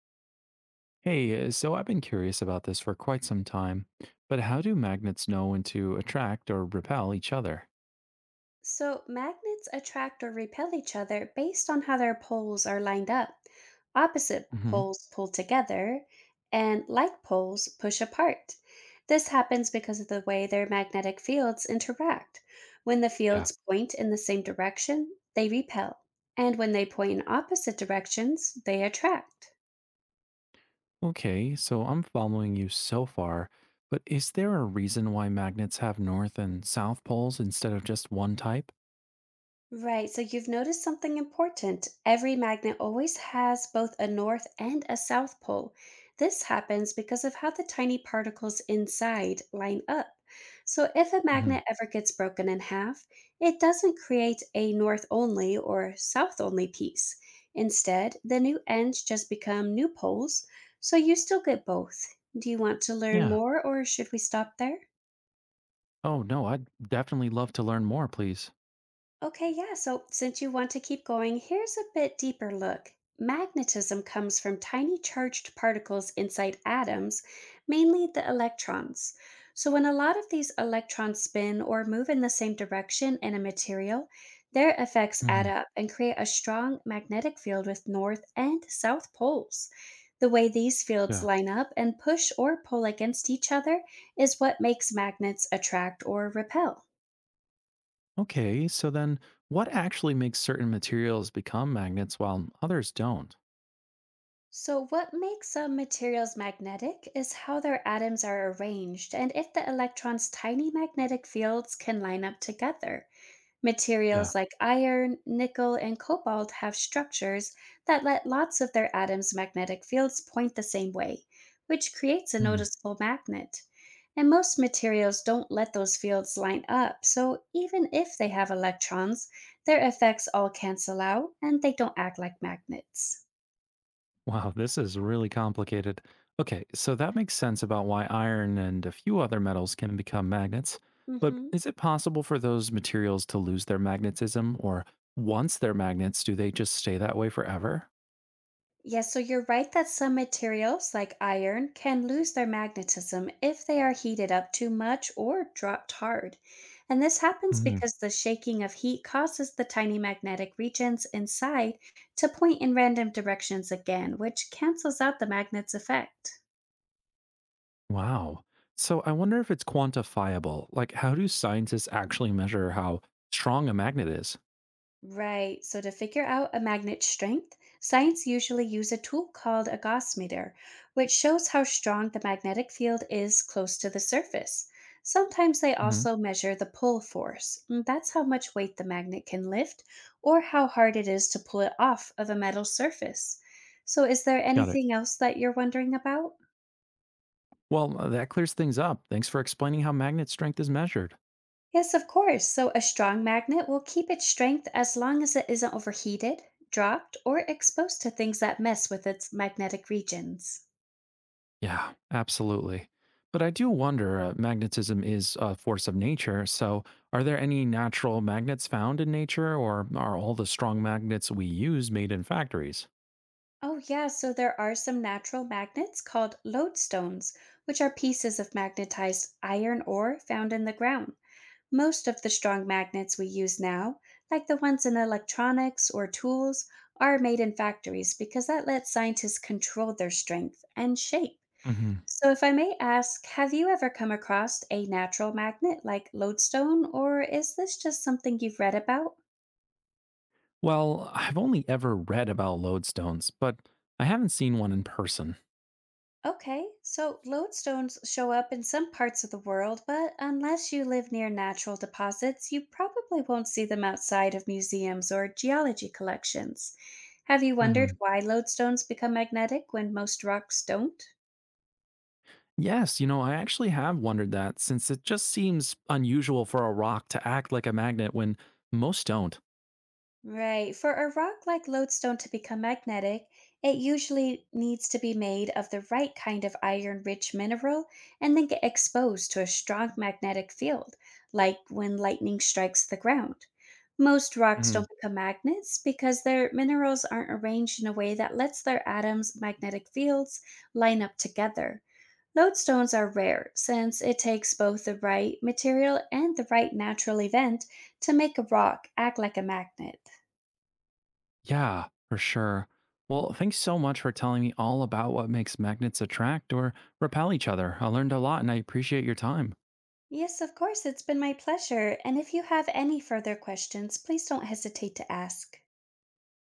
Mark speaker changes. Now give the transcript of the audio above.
Speaker 1: Hey, so I've been curious about this for quite some time, but how do magnets know when to attract or repel each other?
Speaker 2: So, magnets attract or repel each other based on how their poles are lined up. Opposite
Speaker 1: Hmm.
Speaker 2: poles pull together, and like poles push apart. This happens because of the way their magnetic fields interact. When the
Speaker 1: Yeah.
Speaker 2: fields point in the same direction, they repel, and when they point in opposite directions, they attract.
Speaker 1: Okay, so I'm following you so far, but is there a reason why magnets have north and south poles instead of just one type?
Speaker 2: Right, so you've noticed something important. Every magnet always has both a north and a south pole. This happens because of how the tiny particles inside line up. So, if a
Speaker 1: Hmm.
Speaker 2: magnet ever gets broken in half, it doesn't create a north only or south only piece. Instead, the new ends just become new poles, so you still get both. Do you want to learn
Speaker 1: Yeah.
Speaker 2: more or should we stop there?
Speaker 1: Oh, no, I'd definitely love to learn more, please.
Speaker 2: Okay, yeah. So, since you want to keep going, here's a bit deeper look. Magnetism comes from tiny charged particles inside atoms, mainly the electrons. So, when a lot of these electrons spin or move in the same direction in a material, their effects add
Speaker 1: Hmm.
Speaker 2: up and create a strong magnetic field with north and south poles. The way these fields
Speaker 1: Yeah.
Speaker 2: line up and push or pull against each other is what makes magnets attract or repel.
Speaker 1: Okay, so then what actually makes certain materials become magnets while others don't?
Speaker 2: So, what makes some materials magnetic is how their atoms are arranged and if the electrons' tiny magnetic fields can line up together.
Speaker 1: Yeah.
Speaker 2: Materials like iron, nickel, and cobalt have structures that let lots of their atoms' magnetic fields point the same way, which creates a noticeable magnet. And most materials don't let those fields line up, so even if they have electrons, their effects all cancel out and they don't act like magnets.
Speaker 1: Wow, this is really complicated. Okay, so that makes sense about why iron and a few other metals can become magnets. But
Speaker 2: hmm
Speaker 1: is it possible for those materials to lose their magnetism, or once they're magnets, do they just stay that way forever?
Speaker 2: Yes, so you're right that some materials, like iron, can lose their magnetism if they are heated up too much or dropped hard. And this happens
Speaker 1: Hmm.
Speaker 2: because the shaking of heat causes the tiny magnetic regions inside to point in random directions again, which cancels out the magnet's effect.
Speaker 1: Wow. So I wonder if it's quantifiable. Like, how do scientists actually measure how strong a magnet is?
Speaker 2: Right. So to figure out a magnet's strength, science usually use a tool called a Gauss meter, which shows how strong the magnetic field is close to the surface. Sometimes they
Speaker 1: Hmm.
Speaker 2: also measure the pull force. And That's how much weight the magnet can lift or how hard it is to pull it off of a metal surface. So is there
Speaker 1: Got it.
Speaker 2: anything else that you're wondering about?
Speaker 1: Well, that clears things up. Thanks for explaining how magnet strength is measured.
Speaker 2: Yes, of course. So, a strong magnet will keep its strength as long as it isn't overheated, dropped, or exposed to things that mess with its magnetic regions.
Speaker 1: Yeah, absolutely. But I do wonder, magnetism is a force of nature. So, are there any natural magnets found in nature, or are all the strong magnets we use made in factories?
Speaker 2: Oh, yeah, so there are some natural magnets called lodestones, which are pieces of magnetized iron ore found in the ground. Most of the strong magnets we use now, like the ones in electronics or tools, are made in factories because that lets scientists control their strength and shape.
Speaker 1: Hmm.
Speaker 2: So, if I may ask, have you ever come across a natural magnet like lodestone, or is this just something you've read about?
Speaker 1: Well, I've only ever read about lodestones, but I haven't seen one in person.
Speaker 2: Okay, so lodestones show up in some parts of the world, but unless you live near natural deposits, you probably won't see them outside of museums or geology collections. Have you wondered
Speaker 1: Hmm.
Speaker 2: why lodestones become magnetic when most rocks don't?
Speaker 1: Yes, you know, I actually have wondered that since it just seems unusual for a rock to act like a magnet when most don't.
Speaker 2: Right. For a rock like lodestone to become magnetic, it usually needs to be made of the right kind of iron rich mineral and then get exposed to a strong magnetic field, like when lightning strikes the ground. Most rocks don't become magnets because their minerals aren't arranged in a way that lets their atoms' magnetic fields line up together. Lodestones are rare since it takes both the right material and the right natural event to make a rock act like a magnet.
Speaker 1: Yeah, for sure. Well, thanks so much for telling me all about what makes magnets attract or repel each other. I learned a lot and I appreciate your time.
Speaker 2: Yes, of course, it's been my pleasure. And if you have any further questions, please don't hesitate to ask.